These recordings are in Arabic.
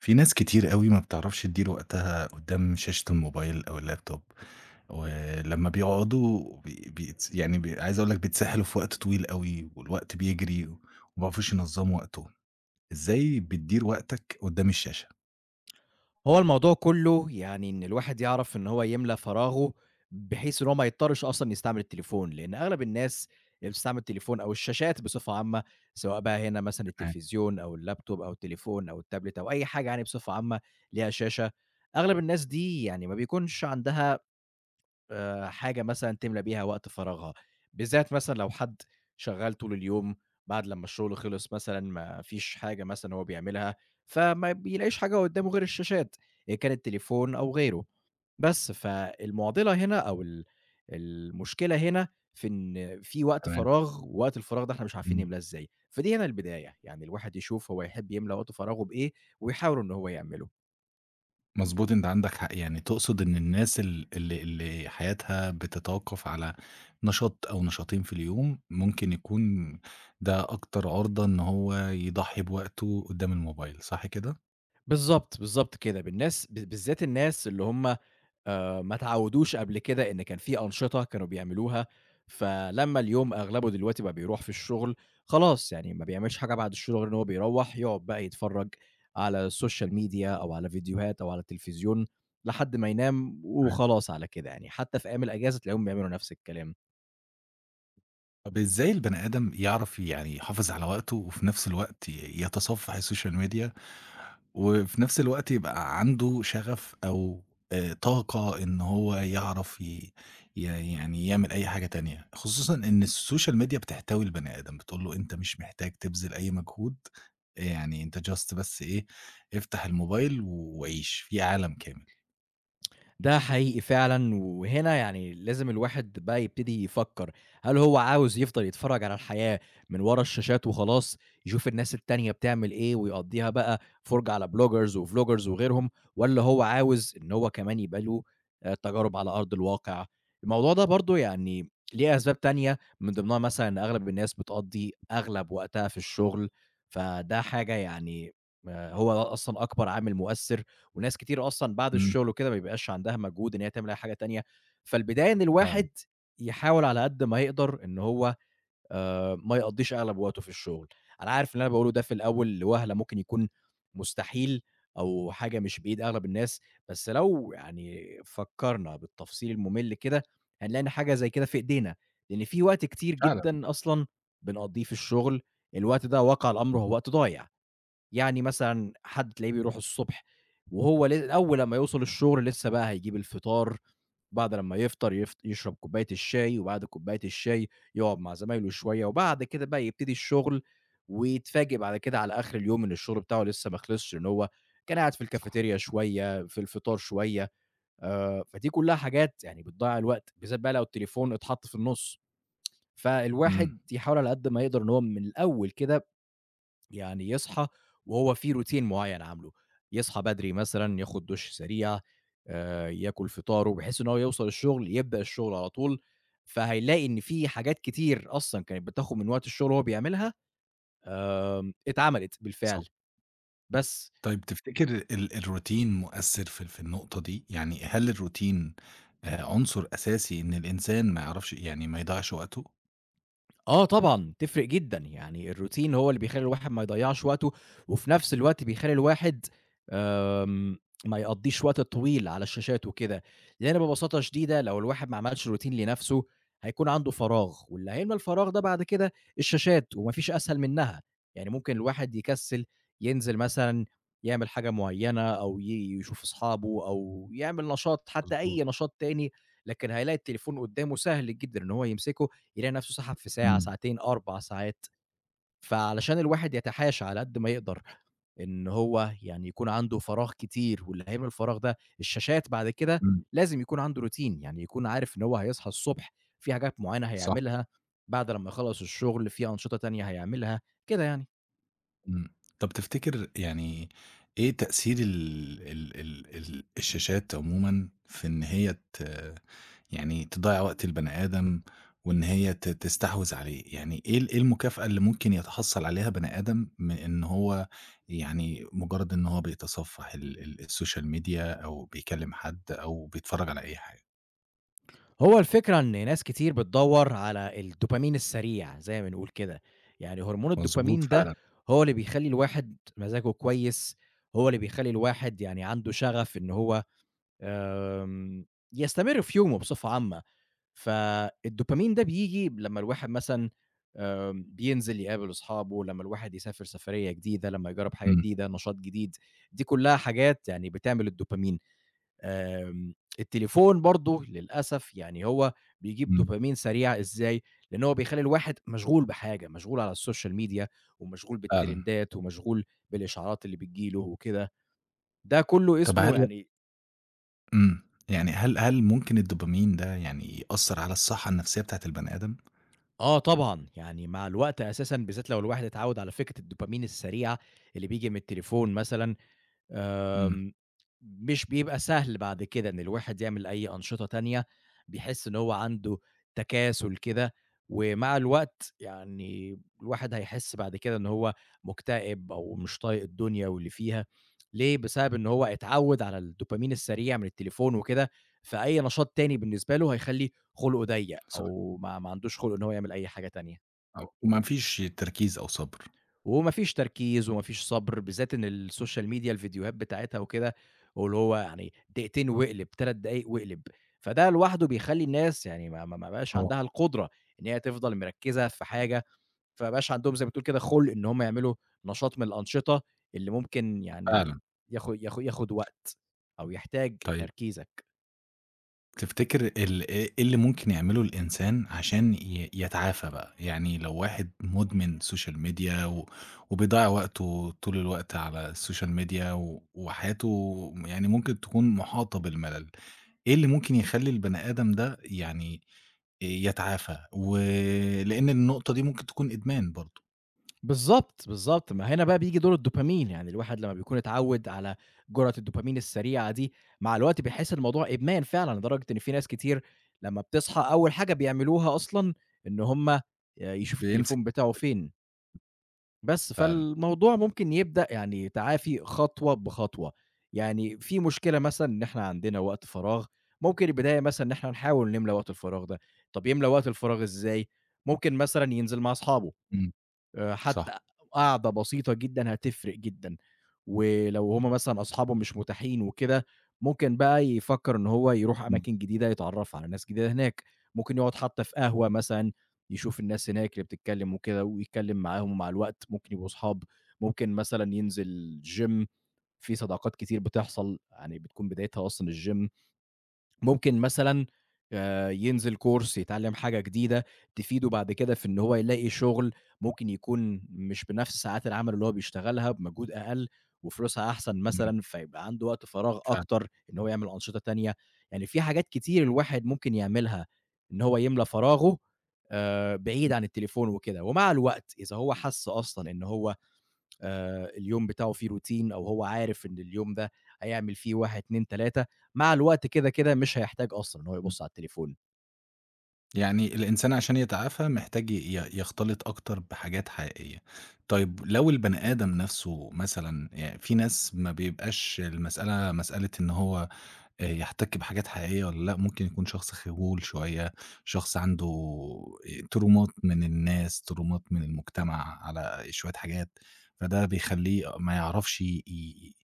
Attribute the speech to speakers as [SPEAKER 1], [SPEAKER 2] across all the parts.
[SPEAKER 1] في ناس كتير أوي ما بتعرفش تدير وقتها قدّام شاشة الموبايل أو اللابتوب، ولمّا بيقعدوا بيت يعني عايز أقول لك بيتسحلوا في وقت طويل أوي، والوقت بيجري وما بيعرفوش ينظموا وقتهم. إزاي بتدير وقتك قدّام الشاشة؟
[SPEAKER 2] هو الموضوع كله يعني إن الواحد يعرف إن هو يملى فراغه، بحيث إن هو ما يضطرش أصلًا يستعمل التليفون، لإن أغلب الناس اللي بتستعمل التليفون أو الشاشات بصفة عامة، سواء بقى هنا مثلًا
[SPEAKER 1] تمام،
[SPEAKER 2] التلفزيون أو اللابتوب أو التليفون أو التابلت أو أي حاجة يعني بصفة عامة ليها شاشة، أغلب الناس دي يعني ما بيكونش عندها حاجة مثلًا تملى بيها وقت فراغها، بالذات مثلًا لو حد شغّال طول اليوم، بعد لمّا الشغل خلص مثلًا ما فيش حاجة مثلًا هو بيعملها، فما بيلاقيش حاجة قدّامه غير الشاشات، إن كان التليفون أو غيره، بس فالمعضلة هنا أو المشكلة هنا في إن في وقت
[SPEAKER 1] تمام،
[SPEAKER 2] فراغ، ووقت الفراغ ده إحنا مش عارفين
[SPEAKER 1] إمم.
[SPEAKER 2] نملاه إزاي، فدي هنا البداية، يعني الواحد يشوف هو يحب يملى وقت فراغه بإيه، ويحاول إن هو يعمله.
[SPEAKER 1] مضبوط، أنت عندك حق، يعني تقصد إن الناس ال اللي اللي حياتها بتتوقف على نشاط أو نشاطين في اليوم، ممكن يكون ده أكتر عُرضة إن هو يضحي بوقته قدّام الموبايل، صح كده؟
[SPEAKER 2] بالضبط، بالضبط كده، بالناس بالذات الناس اللي هُم ما اتعودوش قبل كده إن كان في أنشطة كانوا بيعملوها، فلمّا اليوم أغلبه دلوقتي بقى بيروح في الشغل، خلاص يعني ما بيعملش حاجة بعد الشغل غير إن هو بيروّح يقعد بقى يتفرّج على السوشيال ميديا أو على فيديوهات أو على التلفزيون لحد ما ينام وخلاص على كده يعني، حتى في أيام الأجازة تلاقيهم بيعملوا نفس الكلام.
[SPEAKER 1] طب إزاي البني آدم يعرف يعني يحافظ على وقته، وفي نفس الوقت يتصفح السوشيال ميديا، وفي نفس الوقت يبقى عنده شغف أو طاقة إن هو يعرف ي ي يعني يعمل أي حاجة تانية، خصوصًا إن السوشيال ميديا بتحتوي البني آدم، بتقول له أنت مش محتاج تبذل أي مجهود، يعني أنت just بس إيه، افتح الموبايل وعيش، في عالم كامل.
[SPEAKER 2] ده حقيقي فعلًا، وهنا يعني لازم الواحد بقى يبتدي يفكّر، هل هو عاوز يفضل يتفرّج على الحياة من ورا الشاشات وخلاص، يشوف الناس التانية بتعمل إيه ويقضّيها بقى فُرجة على bloggers وvloggers وغيرهم، والّا هو عاوز إن هو كمان يبقى له تجارب على أرض الواقع؟ الموضوع ده برضه يعني ليه أسباب تانية، من ضمنها مثلًا إن أغلب الناس بتقضّي أغلب وقتها في الشغل، فده حاجة يعني هو أصلًا أكبر عامل مؤثّر وناس كتير أصلًا بعد
[SPEAKER 1] إمم،
[SPEAKER 2] الشغل وكده ما بيبقاش عندها مجهود إن هي تعمل أي حاجة تانية، فالبداية إن
[SPEAKER 1] فعلًا،
[SPEAKER 2] الواحد يحاول على قد ما يقدر إن هو آه، ما يقضّيش أغلب وقته في الشغل. أنا عارف اللي أنا باقوله ده في الأول لوهلة ممكن يكون مستحيل أو حاجة مش بإيد أغلب الناس، بس لو يعني فكّرنا بالتفصيل المُمِل كده، هنلاقي إن حاجة زي كده في إيدينا، لإن في وقت كتير
[SPEAKER 1] فعلًا،
[SPEAKER 2] جدًا أصلًا بنقضّيه في الشغل، الوقت ده واقع الأمر هو وقت ضايع. يعني مثلًا حد تلاقيه بيروح الصبح وهو أول لمّا يوصل الشغل لسه بقى هيجيب الفطار، بعد لمّا يفطر يشرب كوباية الشاي، وبعد كوباية الشاي يقعد مع زمايله شوية، وبعد كده بقى يبتدي الشغل، ويتفاجئ بعد كده على آخر اليوم إن الشغل بتاعه لسه ما خلصش، إن هو كان قاعد في
[SPEAKER 1] صح،
[SPEAKER 2] الكافتيريا شوية، في الفطار شوية، فدي كلها حاجات يعني بتضيّع الوقت، بالذات بقى لو التليفون اتحط في النُص،
[SPEAKER 1] إمم،
[SPEAKER 2] فالواحد يحاول على قد ما يقدر إن هو من الأول كده يعني يصحى وهو في روتين معين عامله، يصحى بدري مثلًا ياخد دُش سريع، ياكل فطاره بحيث إن هو يوصل الشغل يبدأ الشغل على طول، فهيلاقي إن في حاجات كتير أصلًا كانت بتاخد من وقت الشغل وهو بيعملها اتعملت
[SPEAKER 1] صح.
[SPEAKER 2] بالفعل، بس.
[SPEAKER 1] طيب تفتكر الروتين مؤثّر في النقطة دي؟ يعني هل الروتين عنصر أساسي إن الإنسان ما يعرفش يعني ما يضيّعش وقته؟
[SPEAKER 2] آه طبعًا، تفرق جدًا، يعني الروتين هو اللي بيخلّي الواحد ما يضيّعش وقته، وفي نفس الوقت بيخلّي الواحد آمم، ما يقضّيش وقت طويل على الشاشات وكده، لإن ببساطة شديدة لو الواحد ما عملش روتين لنفسه هيكون عنده فراغ، واللي هيملى الفراغ ده بعد كده الشاشات، وما فيش أسهل منها، يعني ممكن الواحد يكسّل ينزل مثلًا يعمل حاجة معيّنة أو يشوف أصحابه أو يعمل نشاط حتى
[SPEAKER 1] مضبوط.
[SPEAKER 2] أي نشاط تاني، لكن هيلاقي التليفون قدّامه سهل جدًا إن هو يمسكه يلاقي نفسه سَحَب في ساعة،
[SPEAKER 1] إمم،
[SPEAKER 2] ساعتين، 4 ساعات. فعلشان الواحد يتحاشى على قد ما يقدر إن هو يعني يكون عنده فراغ كتير واللي هيملى الفراغ ده الشاشات بعد كده،
[SPEAKER 1] إمم،
[SPEAKER 2] لازم يكون عنده روتين، يعني يكون عارف إن هو هيصحى الصبح في حاجات معيّنة
[SPEAKER 1] صح.
[SPEAKER 2] هيعملها، بعد لمّا يخلّص الشغل في أنشطة تانية هيعملها، كده يعني.
[SPEAKER 1] إمم. طب تفتكر يعني إيه تأثير ال ال ال ال الشاشات عمومًا في إن هي يعني تضيّع وقت البني آدم وإن هي تستحوذ عليه؟ يعني إيه المكافأة اللي ممكن يتحصّل عليها بني آدم من إن هو يعني مجرّد إن هو بيتصفّح ال ال السوشيال ميديا أو بيكلّم حد أو بيتفرّج على أي حاجة؟
[SPEAKER 2] هو الفكرة إن ناس كتير بتدوّر على الدوبامين السريع زي ما بنقول كده، يعني هرمون
[SPEAKER 1] مضبوط
[SPEAKER 2] الدوبامين ده
[SPEAKER 1] فعلًا.
[SPEAKER 2] هو اللي بيخلّي الواحد مزاجه كويس، هو اللي بيخلّي الواحد يعني عنده شغف إن هو آمم، يستمر في يومه بصفة عامة، فالدوبامين ده بييجي لمّا الواحد مثلًا بينزل يقابل أصحابه، لمّا الواحد يسافر سفرية جديدة، لمّا يجرّب حاجة
[SPEAKER 1] إمم،
[SPEAKER 2] جديدة، نشاط جديد، دي كلّها حاجات يعني بتعمل الدوبامين. آمم، التليفون برضه للأسف يعني هو بيجيب
[SPEAKER 1] إمم،
[SPEAKER 2] دوبامين سريع إزاي، لإن هو بيخلّي الواحد مشغول بحاجة، مشغول على السوشيال ميديا ومشغول
[SPEAKER 1] فعلًا.
[SPEAKER 2] بالترندات ومشغول بالإشعارات اللي بتيجي له وكده، ده كلّه
[SPEAKER 1] طب
[SPEAKER 2] اسمه
[SPEAKER 1] هل
[SPEAKER 2] يعني
[SPEAKER 1] إمم. يعني هل ممكن الدوبامين ده يعني يأثّر على الصحّة النفسيّة بتاعة البني آدم؟
[SPEAKER 2] آه طبعًا، يعني مع الوقت أساسًا بالذات لو الواحد اتعوّد على فكرة الدوبامين السريعة اللي بييجي من التليفون مثلًا،
[SPEAKER 1] إمم،
[SPEAKER 2] آمم، مش بيبقى سهل بعد كده إن الواحد يعمل أي أنشطة تانية، بيحس إن هو عنده تكاسُل كده، ومع الوقت يعني الواحد هيحس بعد كده إن هو مكتئب أو مش طايق الدنيا واللي فيها، ليه؟ بسبب إن هو اتعوّد على الدوبامين السريع من التليفون وكده، فأي نشاط تاني بالنسبة له هيخلّي خُلقه ضيّق
[SPEAKER 1] صح،
[SPEAKER 2] أو ما عندوش خُلق إن هو يعمل أي حاجة تانية،
[SPEAKER 1] آه. وما فيش تركيز أو صبر.
[SPEAKER 2] وما فيش تركيز وما فيش صبر، بالذات إن الSocial Media الفيديوهات بتاعتها وكده، واللي هو يعني دقيقتين واقلب، 3 دقايق واقلب، فده لوحده بيخلّي الناس يعني ما بقاش
[SPEAKER 1] آه،
[SPEAKER 2] عندها القدرة إن هي تفضل مركّزة في حاجة، فما بقاش عندهم زي ما بتقول كده خُلق إن هم يعملوا نشاط من الأنشطة اللي ممكن يعني
[SPEAKER 1] فعلًا.
[SPEAKER 2] ياخد وقت أو يحتاج
[SPEAKER 1] طيب
[SPEAKER 2] تركيزك.
[SPEAKER 1] تفتكر ال إيه إيه اللي ممكن يعمله الإنسان عشان يتعافى بقى؟ يعني لو واحد مدمن سوشيال ميديا و وبيضيّع وقته طول الوقت على السوشيال ميديا و وحياته يعني ممكن تكون محاطة بالملل، إيه اللي ممكن يخلّي البني آدم ده يعني يتعافى، ولإن النقطة دي ممكن تكون إدمان برضه.
[SPEAKER 2] بالضبط، بالضبط، ما هنا بقى بييجي دور الدوبامين، يعني الواحد لمّا بيكون اتعوّد على جرعة الدوبامين السريعة دي، مع الوقت بيحس الموضوع إدمان فعلًا، لدرجة إن في ناس كتير لمّا بتصحى أول حاجة بيعملوها أصلًا إن هُم يشوفوا
[SPEAKER 1] بيمسك،
[SPEAKER 2] التليفون بتاعه فين، بس
[SPEAKER 1] فعلًا،
[SPEAKER 2] فالموضوع ممكن يبدأ يعني تعافي خطوة بخطوة، يعني في مشكلة مثلًا إن إحنا عندنا وقت فراغ، ممكن البداية مثلًا إن إحنا نحاول نملى وقت الفراغ ده، طب يملى وقت الفراغ إزاي؟ ممكن مثلًا ينزل مع أصحابه.
[SPEAKER 1] إمم.
[SPEAKER 2] حتى
[SPEAKER 1] صح.
[SPEAKER 2] قعدة بسيطة جدًا هتفرق جدًا، ولو هُم مثلًا أصحابه مش متاحين وكده، ممكن بقى يفكّر إن هو يروح
[SPEAKER 1] إمم،
[SPEAKER 2] أماكن جديدة يتعرّف على ناس جديدة هناك، ممكن يقعد حتى في قهوة مثلًا، يشوف الناس هناك اللي بتتكلّم وكده ويتكلّم معاهم ومع الوقت ممكن يبقوا صحاب، ممكن مثلًا ينزل gym في صداقات كتير بتحصل، يعني بتكون بدايتها أصلًا الgym. ممكن مثلًا ينزل course يتعلّم حاجة جديدة تفيده بعد كده في إن هو يلاقي شغل ممكن يكون مش بنفس ساعات العمل اللي هو بيشتغلها، بمجهود أقل وفلوسها أحسن
[SPEAKER 1] إمم،
[SPEAKER 2] مثلًا، فيبقى عنده وقت فراغ
[SPEAKER 1] فعلًا،
[SPEAKER 2] أكتر إن هو يعمل أنشطة تانية، يعني في حاجات كتير الواحد ممكن يعملها إن هو يملى فراغه بعيد عن التليفون وكده، ومع الوقت إذا هو حَس أصلًا إن هو اليوم بتاعه فيه روتين أو هو عارف إن اليوم ده هيعمل فيه 1، 2، 3 مع الوقت كده مش هيحتاج أصلًا إن هو
[SPEAKER 1] إمم.
[SPEAKER 2] يبُص على التليفون.
[SPEAKER 1] يعني الإنسان عشان يتعافى محتاج ي ي يختلط أكتر بحاجات حقيقية. طيب لو البني آدم نَفْسه مثلًا في ناس ما بيبقاش المسألة مسألة إن هو يحتَك بحاجات حقيقية والّا لأ، ممكن يكون شخص خجول شوية، شخص عنده ترومات من الناس، ترومات من المجتمع على شوية حاجات، فده بيخلّيه ما يعرفش ي ي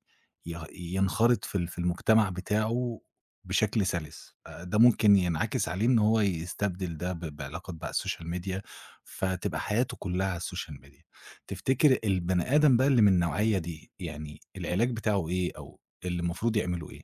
[SPEAKER 1] يه ينخرط في المجتمع بتاعه بشكل سَلِس، فده ممكن ينعكس عليه إن هو يستبدل ده بعلاقات بقى السوشيال ميديا، فتبقى حياته كلّها على السوشيال ميديا. تفتكر البني آدم بقى اللي من النوعية دي، يعني العلاج بتاعه إيه أو اللي المفروض يعملوا إيه؟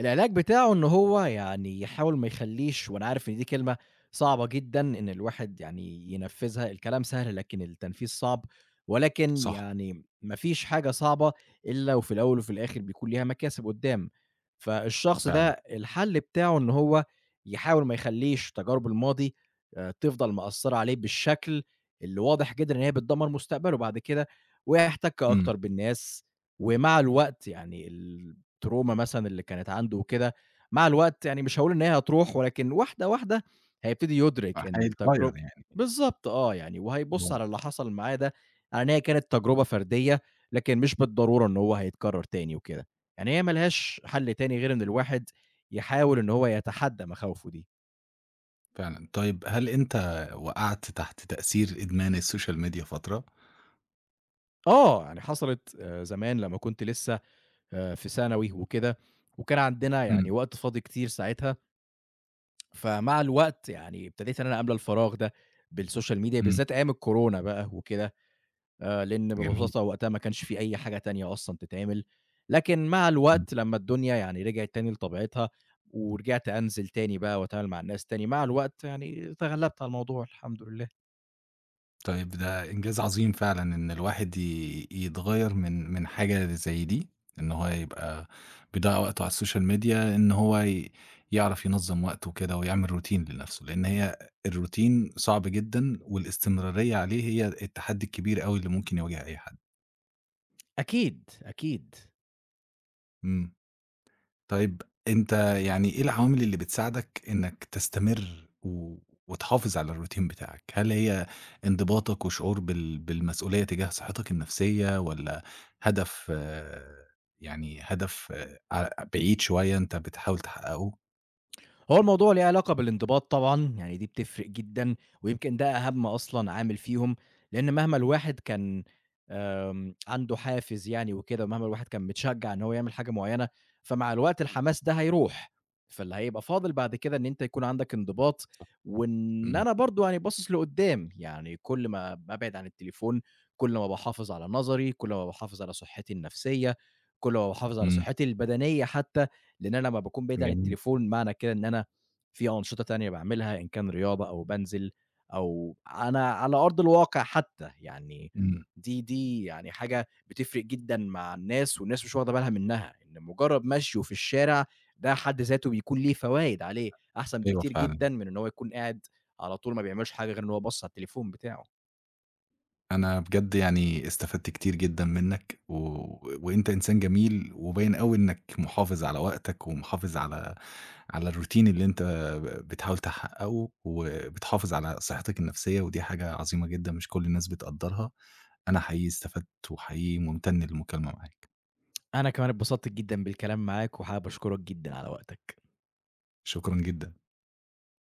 [SPEAKER 2] العلاج بتاعه إن هو يعني يحاول ما يخلّيش وأنا عارف إن دي كلمة صعبة جدًا إن الواحد يعني ينفّذها، الكلام سهل لكن التنفيذ صعب، ولكن
[SPEAKER 1] صح.
[SPEAKER 2] يعني ما فيش حاجة صعبة إلا وفي الأول وفي الآخر بيكون ليها مكاسب قدّام، فالشخص ده
[SPEAKER 1] فعلًا،
[SPEAKER 2] الحل بتاعه إن هو يحاول ما يخلّيش تجارب الماضي تفضل مأثّرة عليه بالشكل اللي واضح جدًا إن هي بتدمّر مستقبله بعد كده، ويحتَك
[SPEAKER 1] إمم،
[SPEAKER 2] أكتر بالناس، ومع الوقت يعني التروما مثلًا اللي كانت عنده وكده، مع الوقت يعني مش هاقول إن هي هتروح، ولكن واحدة، واحدة هيبتدي يُدرك إن التجر
[SPEAKER 1] هيتغيّر يعني.
[SPEAKER 2] بالضبط آه، يعني وهيبُص
[SPEAKER 1] آه،
[SPEAKER 2] على اللي حصل معاه ده على إن هي كانت تجربة فردية، لكن مش بالضرورة إن هو هيتكرر تاني وكده، يعني هي ما لهاش حل تاني غير إن الواحد يحاول إن هو يتحدى مخاوفه دي.
[SPEAKER 1] فعلًا. طيب هل أنت وقعت تحت تأثير إدمان السوشيال ميديا فترة؟
[SPEAKER 2] آه، يعني حصلت زمان لمّا كنت لسه في ثانوي وكده، وكان عندنا
[SPEAKER 1] إمم،
[SPEAKER 2] يعني وقت فاضي كتير ساعتها فمع الوقت يعني ابتديت إن أنا أملى الفراغ ده بالسوشيال ميديا،
[SPEAKER 1] إمم،
[SPEAKER 2] بالذات أيام الكورونا بقى وكده، لإن
[SPEAKER 1] جميل،
[SPEAKER 2] ببساطة وقتها ما كانش في أي حاجة تانية أصلًا تتعمل، لكن مع
[SPEAKER 1] إمم.
[SPEAKER 2] الوقت لمّا الدنيا يعني رجعت تاني لطبيعتها، ورجعت أنزل تاني بقى وأتعامل مع الناس تاني، مع الوقت يعني تغلبت على الموضوع الحمد لله.
[SPEAKER 1] طيب ده إنجاز عظيم فعلًا إن الواحد يتغيّر من حاجة زي دي، إن هو يبقى بيضيّع وقته على السوشيال ميديا، إن هو يعرف ينظّم وقته كده ويعمل روتين لنفسه، لإن هي الروتين صعب جدًا والاستمرارية عليه هي التحدي الكبير أوي اللي ممكن يواجه أي حد.
[SPEAKER 2] أكيد، أكيد.
[SPEAKER 1] إمم. طيب أنت يعني إيه العوامل اللي بتساعدك إنك تستمر و وتحافظ على الروتين بتاعك؟ هل هي انضباطك وشعور بالمسؤولية تجاه صحتك النفسية والّا هدف، يعني هدف، بعيد شوية أنت بتحاول تحققه؟
[SPEAKER 2] هو الموضوع ليه علاقة بالانضباط طبعًا، يعني دي بتفرق جدًا، ويمكن ده أهم أصلًا عامل فيهم، لإن مهما الواحد كان عنده حافز يعني وكده، ومهما الواحد كان متشجّع إن هو يعمل حاجة معيّنة، فمع الوقت الحماس ده هيروح، فاللي هيبقى فاضل بعد كده إن أنت يكون عندك انضباط، وإن
[SPEAKER 1] إمم،
[SPEAKER 2] أنا برضه يعني باصص لقدّام، يعني كل ما بابعد عن التليفون، كل ما باحافظ على نظري، كل ما باحافظ على صحّتي النفسية، كل ما باحافظ على
[SPEAKER 1] إمم،
[SPEAKER 2] صحّتي البدنية حتى. لإن أنا لمّا باكون بعيد عن
[SPEAKER 1] جميل،
[SPEAKER 2] التليفون معنى كده إن أنا في أنشطة تانية باعملها، إن كان رياضة أو بانزل أو أنا على أرض الواقع حتى، يعني
[SPEAKER 1] إمم،
[SPEAKER 2] دي يعني حاجة بتفرق جدًا مع الناس والناس مش واخدة بالها منها، إن مجرد مشيه في الشارع ده حد ذاته بيكون ليه فوايد عليه، أحسن
[SPEAKER 1] أيوه
[SPEAKER 2] بكتير
[SPEAKER 1] فعلًا.
[SPEAKER 2] جدًا من إن هو يكون قاعد على طول ما بيعملش حاجة غير إن هو باصص على التليفون بتاعه.
[SPEAKER 1] أنا بجد يعني استفدت كتير جدًا منّك، و وأنت إنسان جميل، وباين أوي إنّك محافظ على وقتك، ومحافظ على الروتين اللي أنت بتحاول تحققه، وبتحافظ على صحتك النفسية، ودي حاجة عظيمة جدًا مش كل الناس بتقدّرها. أنا حقيقي استفدت، وحقيقي ممتن للمكالمة معاك،
[SPEAKER 2] أنا كمان اتبسطت جدًا بالكلام معاك وحابب أشكرك جدًا على وقتك.
[SPEAKER 1] شكرًا جدًا.